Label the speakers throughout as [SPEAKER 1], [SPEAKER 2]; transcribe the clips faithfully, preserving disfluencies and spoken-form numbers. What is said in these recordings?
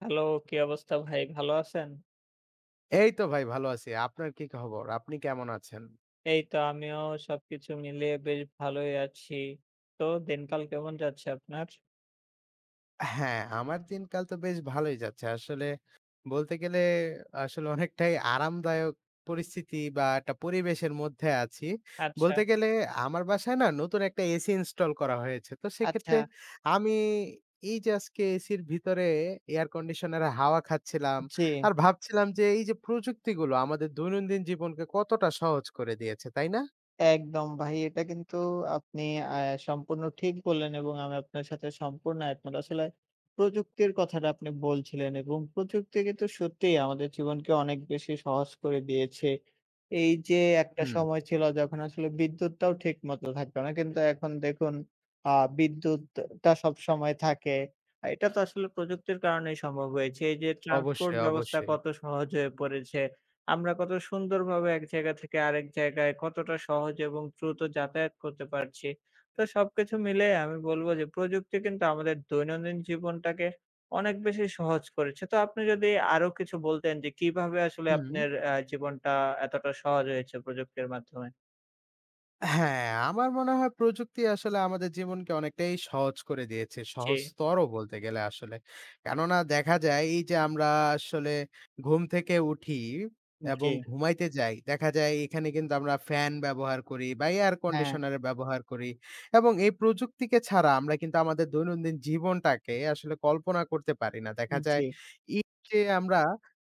[SPEAKER 1] Hello, কি অবস্থা ভাই? ভালো আছেন?
[SPEAKER 2] এই তো ভাই ভালো আছি। আপনার কি খবর? আপনি কেমন আছেন?
[SPEAKER 1] এই তো আমিও সবকিছু মিলিয়ে বেশ ভালোই আছি। তো দিনকাল কেমন যাচ্ছে আপনার?
[SPEAKER 2] হ্যাঁ, আমার দিনকাল তো বেশ ভালোই যাচ্ছে। আসলে বলতে গেলে আসলে অনেকটাই আরামদায়ক পরিস্থিতি বা একটা পরিবেশের মধ্যে আছি।
[SPEAKER 1] আচ্ছা।
[SPEAKER 2] বলতে গেলে আমার বাসায় না নতুন একটা এসি ইনস্টল করা হয়েছে। তো
[SPEAKER 1] আচ্ছা,
[SPEAKER 2] সেক্ষেত্রে আমি এই যে আজকে এসির ভিতরে এয়ার কন্ডিশনার হাওয়া খাচ্ছিলাম।
[SPEAKER 1] জি।
[SPEAKER 2] আর ভাবছিলাম যে এই যে প্রযুক্তিগুলো আমাদের দৈনন্দিন জীবনকে কতটা সহজ করে দিয়েছে, তাই না?
[SPEAKER 1] একদম ভাই, এটা কিন্তু আপনি আ সম্পূর্ণ ঠিক বললেন এবং আমি আপনার সাথে সম্পূর্ণ একমত। আসলে প্রযুক্তির কথাটা আপনি বলছিলেন এবং প্রযুক্তি কিন্তু সত্যিই আমাদের জীবনকে অনেক বেশি সহজ করে দিয়েছে। এই যে একটা
[SPEAKER 2] হুম।
[SPEAKER 1] সময় ছিল যখন আসলে বিদ্যুৎটাও ঠিক মতো থাকতো না। কিন্তু এখন দেখুন আ বিদ্যুৎটা সবসময় থাকে। আ এটা তো আসলে প্রযুক্তির কারণেই সম্ভব হয়েছে। এই যে ট্রান্সপোর্ট
[SPEAKER 2] অবশ্যই,
[SPEAKER 1] ব্যবস্থা
[SPEAKER 2] অবশ্যই।
[SPEAKER 1] কত সহজ হয়ে পড়েছে। আমরা কত সুন্দরভাবে এক জায়গা থেকে আরেক জায়গায় কতটা সহজ এবং দ্রুত যাতায়াত করতে পারছি। তো সবকিছু মিলে আমি বলব যে প্রযুক্তি কিন্তু আমাদের দৈনন্দিন জীবনটাকে অনেক বেশি সহজ করেছে। তো আপনি যদি আরো কিছু বলতেন যে কিভাবে আসলে
[SPEAKER 2] হুম।
[SPEAKER 1] আপনার আ জীবনটা এতটা সহজ হয়েছে প্রযুক্তির মাধ্যমে?
[SPEAKER 2] হ্যাঁ, আমার মনে হয় প্রযুক্তি আসলে আমাদের জীবনকে অনেকটাই সহজ করে দিয়েছে।
[SPEAKER 1] জি,
[SPEAKER 2] সহজতরও বলতে গেলে আসলে। কেননা দেখা যায় এই যে আমরা আসলে ঘুম থেকে উঠি এবং
[SPEAKER 1] জি।
[SPEAKER 2] ঘুমাইতে যাই। দেখা যায় এখানে কিন্তু আমরা ফ্যান ব্যবহার করি বা এয়ার
[SPEAKER 1] হ্যাঁ,
[SPEAKER 2] কন্ডিশনার ব্যবহার করি এবং এই প্রযুক্তিকে ছাড়া আমরা কিন্তু আমাদের দৈনন্দিন জীবনটাকে আসলে কল্পনা করতে পারি না। দেখা যায়
[SPEAKER 1] জি,
[SPEAKER 2] এই যে আমরা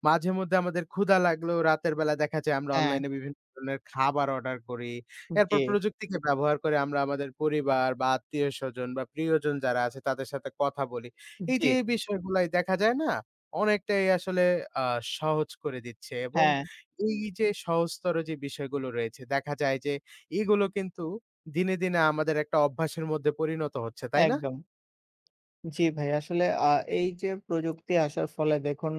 [SPEAKER 2] মাঝেমধ্যে আমাদের ক্ষুধা লাগলেও রাতের বেলা দেখা যায় আমরা
[SPEAKER 1] হ্যাঁ,
[SPEAKER 2] অনলাইনে বিভিন্ন ধরনের খাবার অর্ডার করি। এরপর
[SPEAKER 1] জি,
[SPEAKER 2] প্রযুক্তিকে ব্যবহার করে আমরা আমাদের পরিবার বা আত্মীয়স্বজন বা প্রিয়জন যারা আছে তাদের সাথে কথা বলি। এই
[SPEAKER 1] জি,
[SPEAKER 2] যে এই বিষয়গুলাই দেখা যায় না? অনেকটাই আসলে আ সহজ করে দিচ্ছে এবং
[SPEAKER 1] হ্যাঁ,
[SPEAKER 2] এই যে সহজতর যে বিষয়গুলো রয়েছে দেখা যায় যে এগুলো কিন্তু দিনে, দিনে আমাদের একটা অভ্যাসের মধ্যে পরিণত হচ্ছে, তাই না?
[SPEAKER 1] একদম। জি ভাই, আসলে আ এই যে প্রযুক্তি আসার ফলে দেখুন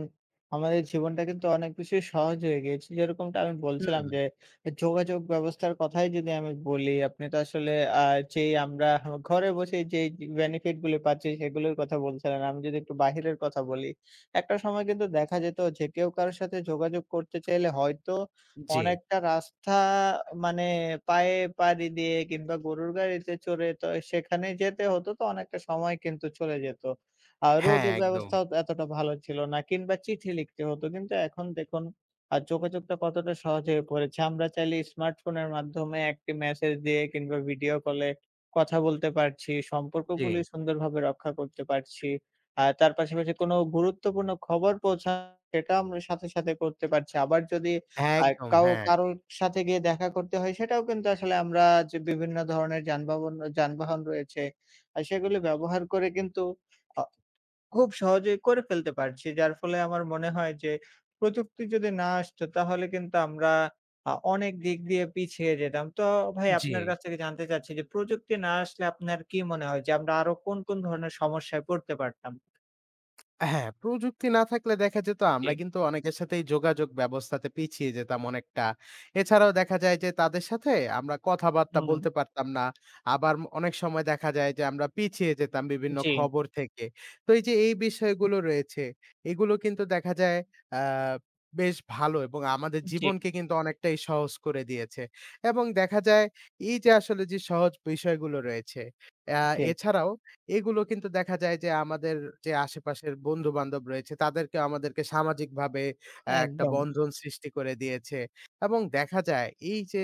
[SPEAKER 1] আমাদের জীবনটা কিন্তু অনেক বেশি সহজ হয়ে গিয়েছে। যেরকমটা আমি বলছিলাম
[SPEAKER 2] হুম,
[SPEAKER 1] যে যোগাযোগ ব্যবস্থার কথাই যদি আমি বলি, আপনি তো আসলে আ যেই আমরা ঘরে বসে যেই বেনিফিট গুলো পাচ্ছি সেগুলোর কথা বলছিলেন। আমি যদি একটু বাহিরের কথা বলি, একটা সময় কিন্তু দেখা যেত যে কেউ কারো সাথে যোগাযোগ করতে চাইলে হয়তো
[SPEAKER 2] জি।
[SPEAKER 1] অনেকটা রাস্তা মানে পায়ে পাড়ি দিয়ে কিংবা গরুর গাড়িতে চড়ে তো সেখানে যেতে হতো, তো অনেকটা সময় কিন্তু চলে যেত। আর
[SPEAKER 2] হ্যাঁ,
[SPEAKER 1] রোডও
[SPEAKER 2] একদম।
[SPEAKER 1] ব্যবস্থাও তো এতটা ভালো ছিল না, কিংবা চিঠি লিখতে হতো। কিন্তু এখন দেখুন আ যোগাযোগটা কতটা সহজ হয়ে পড়েছে। আমরা চাইলে স্মার্টফোনের মাধ্যমে একটি মেসেজ দিয়ে কিংবা ভিডিও কলে কথা বলতে পারছি।
[SPEAKER 2] জি।
[SPEAKER 1] সম্পর্কগুলি সুন্দরভাবে রক্ষা করতে পারছি। আর তার পাশাপাশি কোনো গুরুত্বপূর্ণ খবর পৌঁছানো সেটা আমরা সাথে, সাথে করতে পারছি। আবার যদি
[SPEAKER 2] হ্যাঁ,
[SPEAKER 1] আর
[SPEAKER 2] একদম,
[SPEAKER 1] কাও
[SPEAKER 2] হ্যাঁ।
[SPEAKER 1] কারোর সাথে গিয়ে দেখা করতে হয় সেটাও কিন্তু আসলে আমরা যে বিভিন্ন ধরনের যানবাহন যানবাহন রয়েছে আর সেগুলো ব্যবহার করে কিন্তু আ খুব সহজেই করে ফেলতে পারছি। যার ফলে আমার মনে হয় যে প্রযুক্তি যদি না আসতো তাহলে কিন্তু আমরা আ অনেক দিক দিয়ে পিছিয়ে যেতাম। তো ভাই
[SPEAKER 2] জি।
[SPEAKER 1] আপনার কাছ থেকে জানতে চাচ্ছি যে প্রযুক্তি না আসলে আপনার কি মনে হয় যে আমরা আরো কোন, কোন ধরনের সমস্যায় পড়তে পারতাম?
[SPEAKER 2] হ্যাঁ, প্রযুক্তি না থাকলে দেখা যেত
[SPEAKER 1] জি,
[SPEAKER 2] আমরা কিন্তু অনেকের সাথেই যোগাযোগ ব্যবস্থাতে পিছিয়ে যেতাম অনেকটা। এছাড়াও দেখা যায় যে তাদের সাথে আমরা কথাবার্তা
[SPEAKER 1] হুম,
[SPEAKER 2] বলতে পারতাম না। আবার ম অনেক সময় দেখা যায় যে আমরা পিছিয়ে যেতাম বিভিন্ন
[SPEAKER 1] জি,
[SPEAKER 2] খবর থেকে। তো এই যে এই বিষয়গুলো রয়েছে, এগুলো কিন্তু দেখা যায় আ বেশ ভালো এবং আমাদের
[SPEAKER 1] জি,
[SPEAKER 2] জীবনকে কিন্তু অনেকটাই সহজ করে দিয়েছে। এবং দেখা যায় এই যে আসলে যে সহজ বিষয়গুলো রয়েছে, অ্যা
[SPEAKER 1] জি,
[SPEAKER 2] এছাড়াও এগুলো কিন্তু দেখা যায় যে আমাদের যে আশেপাশের বন্ধু-বান্ধব রয়েছে তাদেরকে আমাদেরকে সামাজিকভাবে আ একটা
[SPEAKER 1] একদম।
[SPEAKER 2] বন্ধন সৃষ্টি করে দিয়েছে এবং দেখা যায় এই যে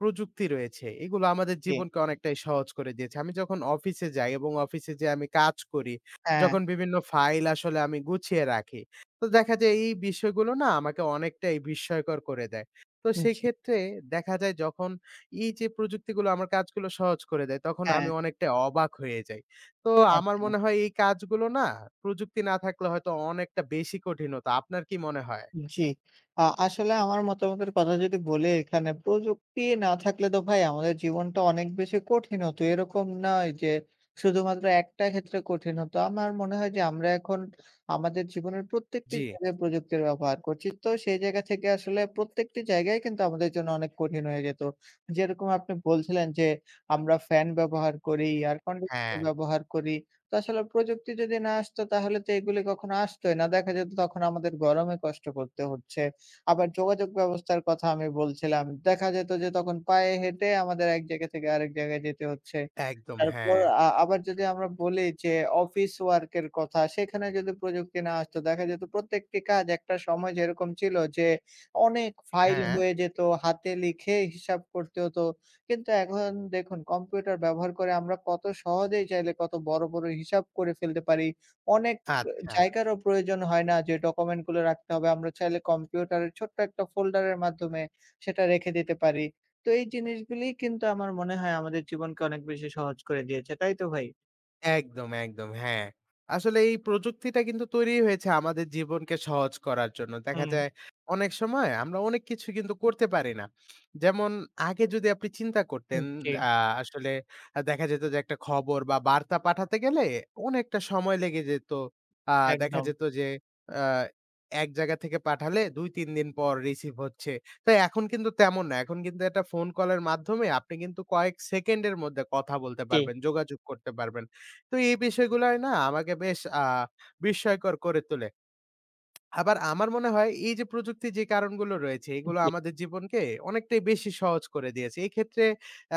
[SPEAKER 2] প্রযুক্তি রয়েছে এগুলো আমাদের
[SPEAKER 1] জি,
[SPEAKER 2] জীবনকে অনেকটাই সহজ করে দিয়েছে। আমি যখন অফিসে যাই এবং অফিসে যেয়ে আমি কাজ করি,
[SPEAKER 1] হ্যাঁ,
[SPEAKER 2] যখন বিভিন্ন ফাইল আসলে আমি গুছিয়ে রাখি, তো দেখা যায় এই বিষয়গুলো না আমাকে অনেকটাই বিস্ময়কর করে দেয়। তো
[SPEAKER 1] জি,
[SPEAKER 2] সেক্ষেত্রে দেখা যায় যখন এই যে প্রযুক্তিগুলো আমার কাজগুলো সহজ করে দেয় তখন
[SPEAKER 1] হ্যাঁ।
[SPEAKER 2] আমি অনেকটাই অবাক হয়ে যাই। তো আমার
[SPEAKER 1] আচ্ছা,
[SPEAKER 2] মনে হয় এই কাজগুলো না প্রযুক্তি না থাকলে হয়তো অনেকটা বেশি কঠিন হতো। আপনার কি মনে হয়?
[SPEAKER 1] জি। আ আসলে আমার মতামতের কথা যদি বলি এখানে, প্রযুক্তি না থাকলে তো ভাই আমাদের জীবনটা অনেক বেশি কঠিন হতো। এরকম নয় যে শুধুমাত্র একটা ক্ষেত্রে কঠিন হতো। আমার মনে হয় যে আমরা এখন আমাদের জীবনের প্রত্যেকটি
[SPEAKER 2] জি।
[SPEAKER 1] জায়গায় প্রযুক্তির ব্যবহার করছি। তো সেই জায়গা থেকে আসলে প্রত্যেকটি জায়গায় কিন্তু আমাদের জন্য অনেক কঠিন হয়ে যেত। যেরকম আপনি বলছিলেন যে আমরা ফ্যান ব্যবহার করি, এয়ার
[SPEAKER 2] হ্যাঁ।
[SPEAKER 1] কন্ডিশনার ব্যবহার করি। তো আসলে প্রযুক্তি যদি না আসতো তাহলে তো এগুলি কখনো আসতোই না। দেখা যেত তখন আমাদের গরমে কষ্ট করতে হচ্ছে। আবার যোগাযোগ ব্যবস্থার কথা আমি বলছিলাম। দেখা যেত যে তখন পায়ে হেঁটে আমাদের এক জায়গা থেকে আরেক জায়গায় যেতে হচ্ছে।
[SPEAKER 2] একদম,
[SPEAKER 1] তারপর
[SPEAKER 2] হ্যাঁ।
[SPEAKER 1] আ আবার যদি আমরা বলি যে অফিস ওয়ার্ক এর কথা, সেখানে যদি প্রযুক্তি না আসতো দেখা যেত প্রত্যেকটি কাজ একটা সময় যেরকম ছিল যে অনেক ফাইল
[SPEAKER 2] হ্যাঁ,
[SPEAKER 1] হয়ে যেত, হাতে লিখে হিসাব করতে হতো। কিন্তু এখন দেখুন কম্পিউটার ব্যবহার করে আমরা কত সহজেই চাইলে কত বড়, বড় হিসাব করে ফেলতে পারি। অনেক অ
[SPEAKER 2] আচ্ছা।
[SPEAKER 1] জায়গারও প্রয়োজন হয় না যে ডকুমেন্টগুলো রাখতে হবে। আমরা চাইলে কম্পিউটারের ছোট্ট একটা ফোল্ডারের মাধ্যমে সেটা রেখে দিতে পারি। তো এই জিনিসগুলি কিন্তু আমার মনে হয় আমাদের জীবনকে অনেক বেশি সহজ করে দিয়েছে। তাই তো ভাই?
[SPEAKER 2] একদম, একদম। হ্যাঁ। আসলে এই প্রযুক্তিটা কিন্তু তৈরি হয়েছে আমাদের জীবনকে সহজ করার জন্য। দেখা
[SPEAKER 1] হুম,
[SPEAKER 2] যায় অনেক সময় আমরা অনেক কিছু কিন্তু করতে পারি না। যেমন আগে যদি আপনি চিন্তা করতেন
[SPEAKER 1] জি,
[SPEAKER 2] আ আসলে আ দেখা যেত যে একটা খবর বা বার্তা পাঠাতে গেলে অনেকটা সময় লেগে যেত। আ দেখা
[SPEAKER 1] একদম।
[SPEAKER 2] যেত যে আ এক জায়গা থেকে পাঠালে দুই তিন দিন পর রিসিভ হচ্ছে। তো এখন কিন্তু তেমন না। এখন কিন্তু একটা ফোন কলের মাধ্যমে আপনি কিন্তু কয়েক সেকেন্ডের মধ্যে কথা বলতে
[SPEAKER 1] জি,
[SPEAKER 2] পারবেন, যোগাযোগ করতে পারবেন। তো এই বিষয়গুলাই না আমাকে বেশ আ বিস্ময়কর করে তোলে। আবার আমার মনে হয় এই যে প্রযুক্তির যে কারণগুলো রয়েছে এগুলো
[SPEAKER 1] জি,
[SPEAKER 2] আমাদের জীবনকে অনেকটাই বেশি সহজ করে দিয়েছে। এক্ষেত্রে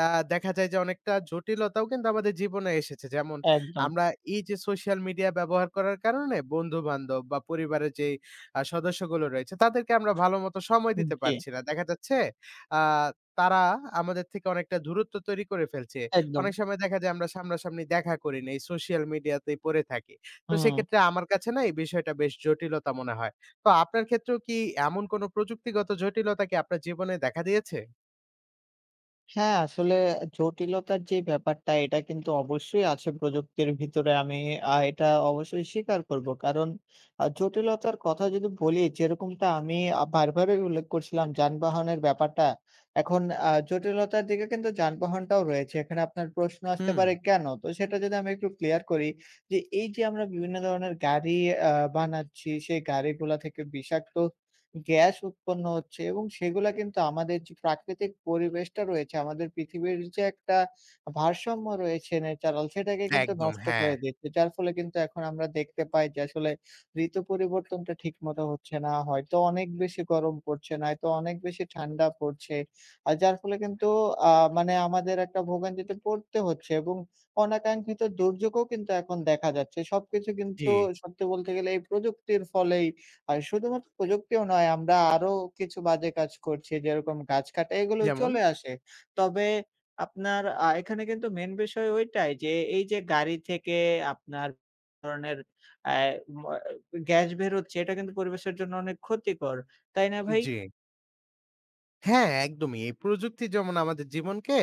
[SPEAKER 2] আ দেখা যায় যে অনেকটা জটিলতাও কিন্তু আমাদের জীবনে এসেছে। যেমন
[SPEAKER 1] একদম।
[SPEAKER 2] আমরা এই যে সোশ্যাল মিডিয়া ব্যবহার করার কারণে বন্ধু-বান্ধব বা পরিবারের যেই আ সদস্যগুলো রয়েছে তাদেরকে আমরা ভালোমতো সময় দিতে
[SPEAKER 1] জি,
[SPEAKER 2] পারছি না। দেখা যাচ্ছে আ তারা আমাদের থেকে অনেকটা দূরত্ব তৈরি করে ফেলছে।
[SPEAKER 1] একদম।
[SPEAKER 2] অনেক সময় দেখা যায় আমরা সামনাসামনি দেখা করি না। এই সোশ্যাল মিডিয়াতেই পড়ে থাকি। তো
[SPEAKER 1] হুম।
[SPEAKER 2] সেক্ষেত্রে আমার কাছে না এই বিষয়টা বেশ জটিলতা মনে হয়। তো আপনার ক্ষেত্রেও কি এমন কোন প্রযুক্তিগত জটিলতা কি আপনার জীবনে দেখা দিয়েছে?
[SPEAKER 1] হ্যাঁ, আসলে জটিলতার যে ব্যাপারটা এটা কিন্তু অবশ্যই আছে প্রযুক্তির ভিতরে। আমি আ এটা অবশ্যই স্বীকার করব। কারণ আ জটিলতার কথা যদি বলি যেরকমটা আমি আ বারবারই উল্লেখ করছিলাম যানবাহনের ব্যাপারটা। এখন আ জটিলতার দিকে কিন্তু যানবাহনটাও রয়েছে। এখানে আপনার প্রশ্ন আসতে
[SPEAKER 2] হুম।
[SPEAKER 1] পারে কেন? তো সেটা যদি আমি একটু ক্লিয়ার করি যে এই যে আমরা বিভিন্ন ধরনের গাড়ি আ বানাচ্ছি সেই গাড়িগুলা থেকে বিষাক্ত গ্যাস উৎপন্ন হচ্ছে এবং সেগুলা কিন্তু আমাদের যে প্রাকৃতিক পরিবেশটা রয়েছে, আমাদের পৃথিবীর যে একটা ভারসাম্য রয়েছে ন্যাচারাল সেটাকে কিন্তু
[SPEAKER 2] একদম
[SPEAKER 1] নষ্ট
[SPEAKER 2] হ্যাঁ,
[SPEAKER 1] করে দিচ্ছে। যার ফলে কিন্তু এখন আমরা দেখতে পাই যে আসলে ঋতু পরিবর্তনটা ঠিকমতো হচ্ছে না। হয়তো অনেক বেশি গরম পড়ছে, নয়তো অনেক বেশি ঠান্ডা পড়ছে। আর যার ফলে কিন্তু আ মানে আমাদের একটা ভোগান্তিতে পড়তে হচ্ছে এবং অনাকাঙ্ক্ষিত দুর্যোগও কিন্তু এখন দেখা যাচ্ছে। সবকিছু
[SPEAKER 2] জি।
[SPEAKER 1] কিন্তু সত্যি বলতে গেলে এই প্রযুক্তির ফলেই, আর শুধুমাত্র প্রযুক্তিও নয়, আমরা আরো কিছু বাজে কাজ করছি যেরকম গাছ কাটা, এগুলো
[SPEAKER 2] যেমন?
[SPEAKER 1] চলে আসে। তবে আপনার আ এখানে কিন্তু মেইন বিষয় ওইটাই যে এই যে গাড়ি থেকে আপনার ধরনের আ ম গ্যাস বের হচ্ছে এটা কিন্তু পরিবেশের জন্য অনেক ক্ষতিকর। তাই না ভাই?
[SPEAKER 2] জি। হ্যাঁ, একদমই। এই প্রযুক্তি যেমন আমাদের জীবনকে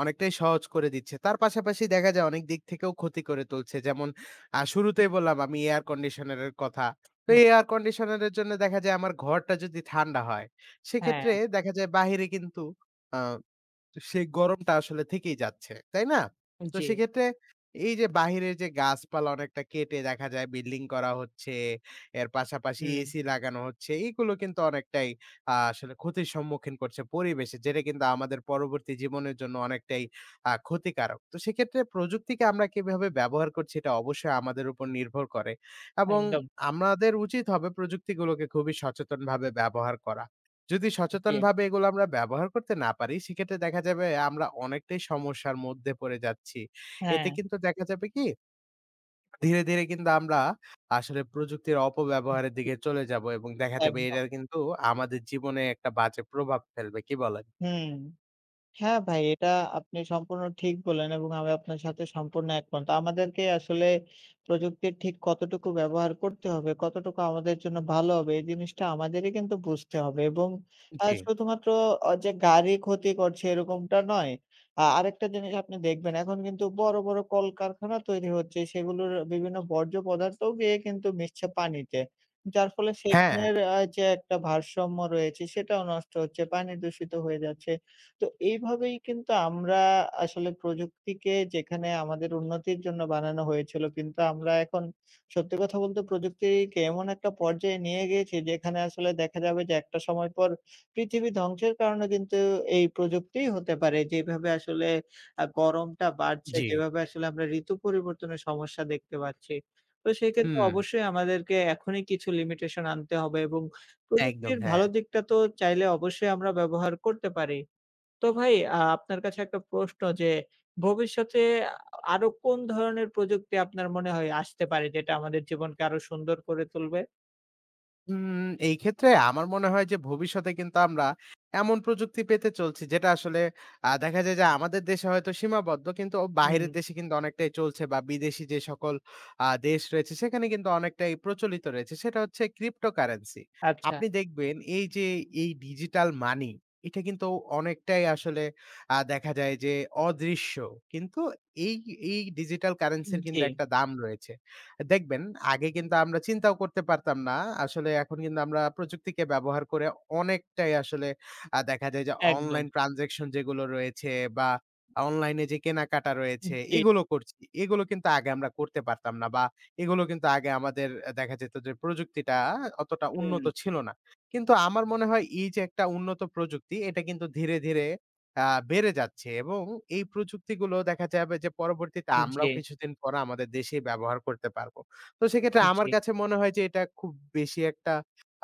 [SPEAKER 2] অনেকটাই সহজ করে দিচ্ছে। তার পাশাপাশি দেখা যায় অনেক দিক থেকেও ক্ষতি করে তুলছে। যেমন আ শুরুতেই বললাম আমি এয়ার কন্ডিশনার এর কথা। তো এয়ার কন্ডিশনার এর জন্য দেখা যায় আমার ঘরটা যদি ঠান্ডা হয়, সেক্ষেত্রে
[SPEAKER 1] হ্যাঁ।
[SPEAKER 2] দেখা যায় বাহিরে কিন্তু আ তো সেই গরমটা আসলে থেকেই যাচ্ছে। তাই না? তো
[SPEAKER 1] জি।
[SPEAKER 2] সেক্ষেত্রে এই যে বাহিরের যে গাছপালা অনেকটা কেটে দেখা যায় বিল্ডিং করা হচ্ছে। এর পাশাপাশি
[SPEAKER 1] হুম।
[SPEAKER 2] এসি লাগানো হচ্ছে। এগুলো কিন্তু অনেকটাই আ আসলে ক্ষতির সম্মুখীন করছে পরিবেশে। যেটা কিন্তু আমাদের পরবর্তী জীবনের জন্য অনেকটাই আ ক্ষতিকারক। তো সেক্ষেত্রে প্রযুক্তিকে আমরা কিভাবে ব্যবহার করছি এটা অবশ্যই আমাদের উপর নির্ভর করে এবং
[SPEAKER 1] একদম।
[SPEAKER 2] আমাদের উচিত হবে প্রযুক্তিগুলোকে খুবই সচেতনভাবে ব্যবহার করা। যদি
[SPEAKER 1] জি।
[SPEAKER 2] সচেতনভাবে এগুলো আমরা ব্যবহার করতে না পারি, সেক্ষেত্রে দেখা যাবে আমরা অনেকটাই সমস্যার মধ্যে পড়ে যাচ্ছি। এতে
[SPEAKER 1] হ্যাঁ,
[SPEAKER 2] কিন্তু দেখা যাবে কি, ধীরে, ধীরে কিন্তু আমরা আসলে প্রযুক্তির অপব্যবহারের দিকে চলে যাবো এবং দেখা যাবে
[SPEAKER 1] একদম।
[SPEAKER 2] এটা কিন্তু আমাদের জীবনে একটা বাজে প্রভাব ফেলবে। কি বলেন?
[SPEAKER 1] হুম। হ্যাঁ ভাই, এটা আপনি সম্পূর্ণ ঠিক বললেন এবং আমি আপনার সাথে সম্পূর্ণ একমত। আমাদেরকে আসলে প্রযুক্তির ঠিক কতটুকু ব্যবহার করতে হবে, কতটুকু আমাদের জন্য ভালো হবে এই জিনিসটা আমাদেরই কিন্তু বুঝতে হবে এবং আ
[SPEAKER 2] জি।
[SPEAKER 1] শুধুমাত্র অ যে গাড়ি ক্ষতি করছে এরকমটা নয়। আ আরেকটা জিনিস আপনি দেখবেন এখন কিন্তু বড়, বড় কলকারখানা তৈরি হচ্ছে সেগুলোর বিভিন্ন বর্জ্য পদার্থও গিয়ে কিন্তু মিশছে পানিতে। যার ফলে
[SPEAKER 2] হ্যাঁ,
[SPEAKER 1] সেখানের আ যে একটা ভারসাম্য রয়েছে সেটাও নষ্ট হচ্ছে, পানি দূষিত হয়ে যাচ্ছে। তো এইভাবেই কিন্তু আমরা আসলে প্রযুক্তিকে যেখানে আমাদের উন্নতির জন্য বানানো হয়েছিল, কিন্তু আমরা এখন সত্যি কথা বলতে প্রযুক্তিকে এমন একটা পর্যায়ে নিয়ে গিয়েছি যেখানে আসলে দেখা যাবে যে একটা সময় পর পৃথিবী ধ্বংসের কারণে কিন্তু এই প্রযুক্তিই হতে পারে। যেভাবে আসলে আ গরমটা বাড়ছে,
[SPEAKER 2] জি।
[SPEAKER 1] যেভাবে আসলে আমরা ঋতু পরিবর্তনের সমস্যা দেখতে পাচ্ছি। তো সেক্ষেত্রে
[SPEAKER 2] হুম,
[SPEAKER 1] অবশ্যই আমাদেরকে এখনই কিছু লিমিটেশন আনতে হবে এবং
[SPEAKER 2] একদম
[SPEAKER 1] প্রযুক্তির
[SPEAKER 2] হ্যাঁ।
[SPEAKER 1] ভালো দিকটা তো চাইলে অবশ্যই আমরা ব্যবহার করতে পারি। তো ভাই আ আপনার কাছে একটা প্রশ্ন যে ভবিষ্যতে আ আরো কোন ধরনের প্রযুক্তি আপনার মনে হয় আসতে পারে যেটা আমাদের জীবনকে আরো সুন্দর করে তুলবে?
[SPEAKER 2] উম এই ক্ষেত্রে আমার মনে হয় যে ভবিষ্যতে কিন্তু আমরা এমন প্রযুক্তি পেতে চলছি যেটা আসলে আ দেখা যায় যে আমাদের দেশে হয়তো সীমাবদ্ধ কিন্তু
[SPEAKER 1] হুম,
[SPEAKER 2] বাহিরের দেশে কিন্তু অনেকটাই চলছে বা বিদেশি যে সকল আ দেশ রয়েছে সেখানে কিন্তু অনেকটাই প্রচলিত রয়েছে। সেটা হচ্ছে ক্রিপ্টোকারেন্সি।
[SPEAKER 1] আচ্ছা।
[SPEAKER 2] আপনি দেখবেন এই যে এই ডিজিটাল মানি এটা কিন্তু অনেকটাই আসলে আ দেখা যায় যে অদৃশ্য। কিন্তু এই এই ডিজিটাল
[SPEAKER 1] উম
[SPEAKER 2] কারেন্সির কিন্তু
[SPEAKER 1] জি,
[SPEAKER 2] একটা দাম রয়েছে। দেখবেন আগে কিন্তু আমরা চিন্তাও করতে পারতাম না। আসলে এখন কিন্তু আমরা প্রযুক্তিকে ব্যবহার করে অনেকটাই আসলে আ দেখা যায় যে
[SPEAKER 1] একদম।
[SPEAKER 2] অনলাইন ট্রান্সেকশন যেগুলো রয়েছে বা অনলাইনে যে কেনাকাটা রয়েছে
[SPEAKER 1] জি,
[SPEAKER 2] এগুলো করছি। এগুলো কিন্তু আগে আমরা করতে পারতাম না বা এগুলো কিন্তু আগে আমাদের আহ, দেখা যেত যে প্রযুক্তিটা অতটা
[SPEAKER 1] হুম,
[SPEAKER 2] উন্নত ছিল না। কিন্তু আমার মনে হয় এই যে একটা উন্নত প্রযুক্তি এটা কিন্তু ধীরে, ধীরে আ বেড়ে যাচ্ছে এবং এই প্রযুক্তিগুলো দেখা যাবে যে পরবর্তীতে
[SPEAKER 1] জি,
[SPEAKER 2] আমরাও কিছুদিন পরে আমাদের দেশেই ব্যবহার করতে পারবো। তো সেক্ষেত্রে আমার
[SPEAKER 1] জি,
[SPEAKER 2] কাছে মনে হয় যে এটা খুব বেশি একটা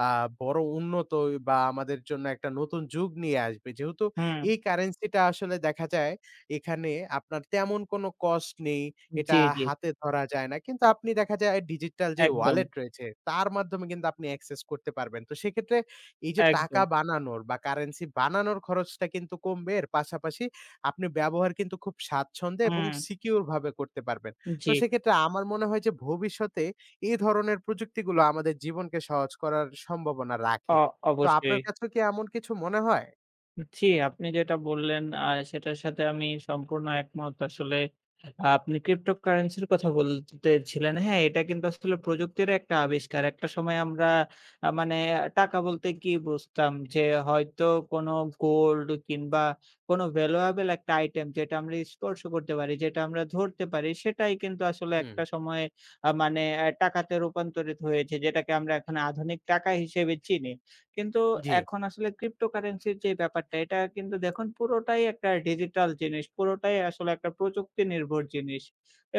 [SPEAKER 2] আ বড় উন্নত বা আমাদের জন্য একটা নতুন যুগ নিয়ে আসবে। যেহেতু
[SPEAKER 1] হুম,
[SPEAKER 2] এই কারেন্সিটা আসলে দেখা যায় এখানে আপনার তেমন কোনো কস্ট নেই।
[SPEAKER 1] জি,
[SPEAKER 2] এটা
[SPEAKER 1] জি,
[SPEAKER 2] হাতে ধরা যায় না। কিন্তু আপনি দেখা যায় ডিজিটাল যে
[SPEAKER 1] একদম,
[SPEAKER 2] ওয়ালেট রয়েছে তার মাধ্যমে কিন্তু আপনি অ্যাক্সেস করতে পারবেন। তো সেক্ষেত্রে এই যে টাকা
[SPEAKER 1] একদম।
[SPEAKER 2] বানানোর বা কারেন্সি বানানোর খরচটা কিন্তু কমবে। এর পাশাপাশি আপনি ব্যবহার কিন্তু খুব স্বাচ্ছন্দ্যে এবং
[SPEAKER 1] হুম,
[SPEAKER 2] সিকিউর ভাবে করতে পারবেন। তো
[SPEAKER 1] জি,
[SPEAKER 2] সেক্ষেত্রে আমার মনে হয় যে ভবিষ্যতে এই ধরনের প্রযুক্তিগুলো আমাদের জীবনকে সহজ করার সম্ভাবনা রাখে।
[SPEAKER 1] অ
[SPEAKER 2] তো
[SPEAKER 1] অবশ্যই।
[SPEAKER 2] আপনার কাছেও কি এমন কিছু মনে হয়?
[SPEAKER 1] জি, আপনি যেটা বললেন আ সেটার সাথে আমি সম্পূর্ণ একমত। আসলে আপনি ক্রিপ্টোকারেন্সির কথা বলতেছিলেন। হ্যাঁ, এটা কিন্তু আসলে প্রযুক্তির একটা আবিষ্কার। একটা সময় আমরা আ মানে টাকা বলতে কি বুঝতাম? যে হয়তো কোনো গোল্ড কিংবা কোনো ভ্যালুয়েবল একটা আইটেম যেটা আমরা স্পর্শ করতে পারি, যেটা আমরা ধরতে পারি সেটাই কিন্তু আসলে
[SPEAKER 2] হুম,
[SPEAKER 1] একটা সময়ে আ মানে অ্যা টাকাতে রূপান্তরিত হয়েছে যেটাকে আমরা এখন আধুনিক টাকা হিসেবে চিনি। কিন্তু
[SPEAKER 2] জি।
[SPEAKER 1] এখন আসলে ক্রিপ্টোকারেন্সির যে ব্যাপারটা এটা কিন্তু দেখুন পুরোটাই একটা ডিজিটাল জিনিস। পুরোটাই আসলে একটা প্রযুক্তি নির্ভর জিনিস।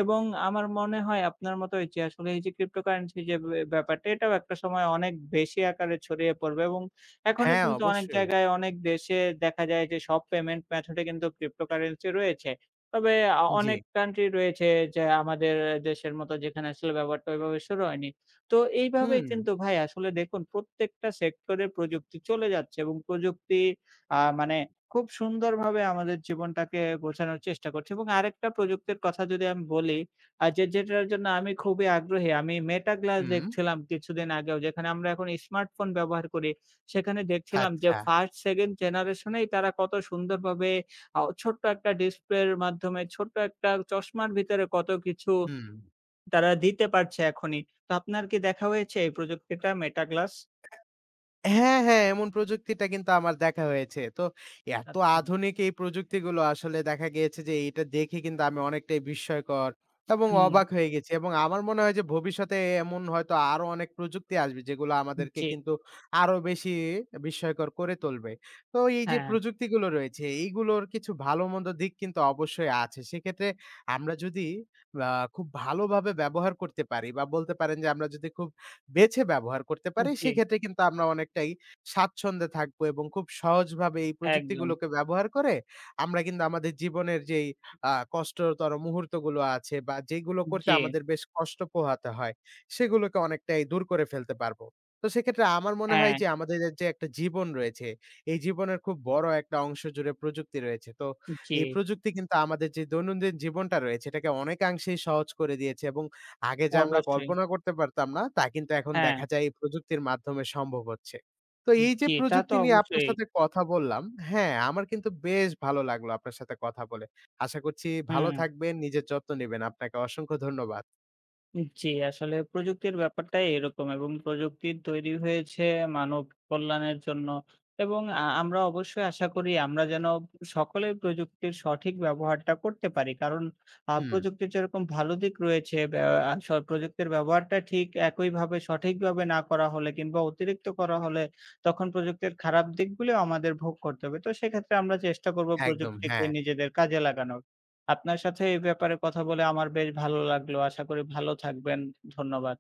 [SPEAKER 1] এবং আমার মনে হয় আপনার মতোই যে আসলে এই যে ক্রিপ্টোকারেন্সি যে ব্যা ব্যাপারটা এটাও একটা সময় অনেক বেশি আকারে ছড়িয়ে পড়বে এবং এখনো
[SPEAKER 2] হ্যাঁ,
[SPEAKER 1] কিন্তু অনেক
[SPEAKER 2] অবশ্যই।
[SPEAKER 1] জায়গায় অনেক দেশে দেখা যায় যে সব পেমেন্ট মেথড এ কিন্তু ক্রিপ্টোকারেন্সি রয়েছে। তবে আ
[SPEAKER 2] জি।
[SPEAKER 1] অনেক কান্ট্রি রয়েছে যে আমাদের দেশের মতো যেখানে আসলে ব্যাপারটা ওইভাবে শুরু হয়নি। তো এইভাবে
[SPEAKER 2] হুম,
[SPEAKER 1] কিন্তু ভাই আসলে দেখুন প্রত্যেকটা সেক্টরে প্রযুক্তি চলে যাচ্ছে এবং প্রযুক্তি আ মানে খুব সুন্দরভাবে আমাদের জীবনটাকে গোছানোর চেষ্টা করছে এবং আরেকটা প্রযুক্তির কথা যদি আমি বলি, আ যে যেটার জন্য আমি খুবই আগ্রহী। আমি Meta Glass
[SPEAKER 2] হুম।
[SPEAKER 1] দেখছিলাম কিছুদিন আগেও, যেখানে আমরা এখন স্মার্টফোন ব্যবহার করি। সেখানে দেখছিলাম যে
[SPEAKER 2] আচ্ছা।
[SPEAKER 1] ফার্স্ট সেকেন্ড জেনারেশন এই তারা কত সুন্দরভাবে আ ছোট্ট একটা ডিসপ্লের মাধ্যমে ছোট্ট একটা চশমার ভিতরে কত কিছু
[SPEAKER 2] হুম।
[SPEAKER 1] তারা দিতে পারছে এখনই। তো আপনার কি দেখা হয়েছে এই প্রযুক্তিটা মেটা গ্লাস?
[SPEAKER 2] হ্যাঁ, হ্যাঁ, এমন প্রযুক্তিটা কিন্তু আমার দেখা হয়েছে। তো এত
[SPEAKER 1] আচ্ছা।
[SPEAKER 2] আধুনিক এই প্রযুক্তিগুলো আসলে দেখা গিয়েছে যে এটা দেখে কিন্তু আমি অনেকটাই বিস্ময়কর এবং
[SPEAKER 1] হুম,
[SPEAKER 2] অবাক হয়ে গেছি এবং আমার মনে হয় যে ভবিষ্যতে এমন হয়তো আরো অনেক প্রযুক্তি আসবে যেগুলো আমাদেরকে
[SPEAKER 1] জি,
[SPEAKER 2] কিন্তু আরো বেশি বিস্ময়কর করে তুলবে। তো এই যে
[SPEAKER 1] হ্যাঁ,
[SPEAKER 2] প্রযুক্তিগুলো রয়েছে এইগুলোর কিছু ভালো মন্দ দিক কিন্তু অবশ্যই আছে। সেক্ষেত্রে আমরা যদি আ খুব ভালোভাবে ব্যবহার করতে পারি বা বলতে পারেন যে আমরা যদি খুব বেছে ব্যবহার করতে পারি,
[SPEAKER 1] জি,
[SPEAKER 2] সেক্ষেত্রে কিন্তু আমরা অনেকটাই স্বাচ্ছন্দ্যে থাকবো এবং খুব সহজভাবে এই
[SPEAKER 1] একদম।
[SPEAKER 2] প্রযুক্তিগুলোকে ব্যবহার করে আমরা কিন্তু আমাদের জীবনের যেই আ কষ্টতর মুহূর্তগুলো আছে বা যেগুলো করতে
[SPEAKER 1] জি,
[SPEAKER 2] আমাদের বেশ কষ্ট পোহাতে হয়, সেগুলোকে অনেকটাই দূর করে ফেলতে পারবো। তো সেক্ষেত্রে আমার মনে হয়
[SPEAKER 1] হ্যাঁ,
[SPEAKER 2] যে আমাদের যে একটা জীবন রয়েছে, এই জীবনের খুব বড় একটা অংশ জুড়ে প্রযুক্তি রয়েছে। তো
[SPEAKER 1] জি,
[SPEAKER 2] এই প্রযুক্তি কিন্তু আমাদের যে দৈনন্দিন জীবনটা রয়েছে এটাকে অনেকাংশেই সহজ করে দিয়েছে এবং আগে যা আমরা
[SPEAKER 1] অবশ্যই।
[SPEAKER 2] কল্পনা করতে পারতাম না, তা কিন্তু এখন
[SPEAKER 1] হ্যাঁ,
[SPEAKER 2] দেখা যায় এই প্রযুক্তির মাধ্যমে সম্ভব হচ্ছে। তো এই যে
[SPEAKER 1] জি, তা তো
[SPEAKER 2] প্রযুক্তি নিয়ে আপনার
[SPEAKER 1] অবশ্যই।
[SPEAKER 2] সাথে কথা বললাম, হ্যাঁ, আমার কিন্তু বেশ ভালো লাগলো আপনার সাথে কথা বলে। আশা করছি ভালো
[SPEAKER 1] হুম।
[SPEAKER 2] থাকবেন, নিজের যত্ন নিবেন। আপনাকে অসংখ্য ধন্যবাদ।
[SPEAKER 1] জি, আসলে প্রযুক্তির ব্যাপারটাই এরকম, এবং প্রযুক্তি তৈরি হয়েছে মানব কল্যাণের জন্য এবং আ আমরা অবশ্যই আশা করি আমরা যেন সকলেই প্রযুক্তির সঠিক ব্যবহারটা করতে পারি। কারণ আ
[SPEAKER 2] হুম।
[SPEAKER 1] প্রযুক্তির যেরকম ভালো দিক রয়েছে, ব্যা আ স প্রযুক্তির ব্যবহারটা ঠিক একইভাবে সঠিকভাবে না করা হলে কিংবা অতিরিক্ত করা হলে তখন প্রযুক্তির খারাপ দিকগুলো আমাদের ভোগ করতে হবে। তো সেক্ষেত্রে আমরা চেষ্টা করব
[SPEAKER 2] একদম,
[SPEAKER 1] প্রযুক্তিকে
[SPEAKER 2] হ্যাঁ।
[SPEAKER 1] নিজেদের কাজে লাগানোর। আপনার সাথে এই ব্যাপারে কথা বলে আমার বেশ ভালো লাগলো। আশা করি ভালো থাকবেন। ধন্যবাদ।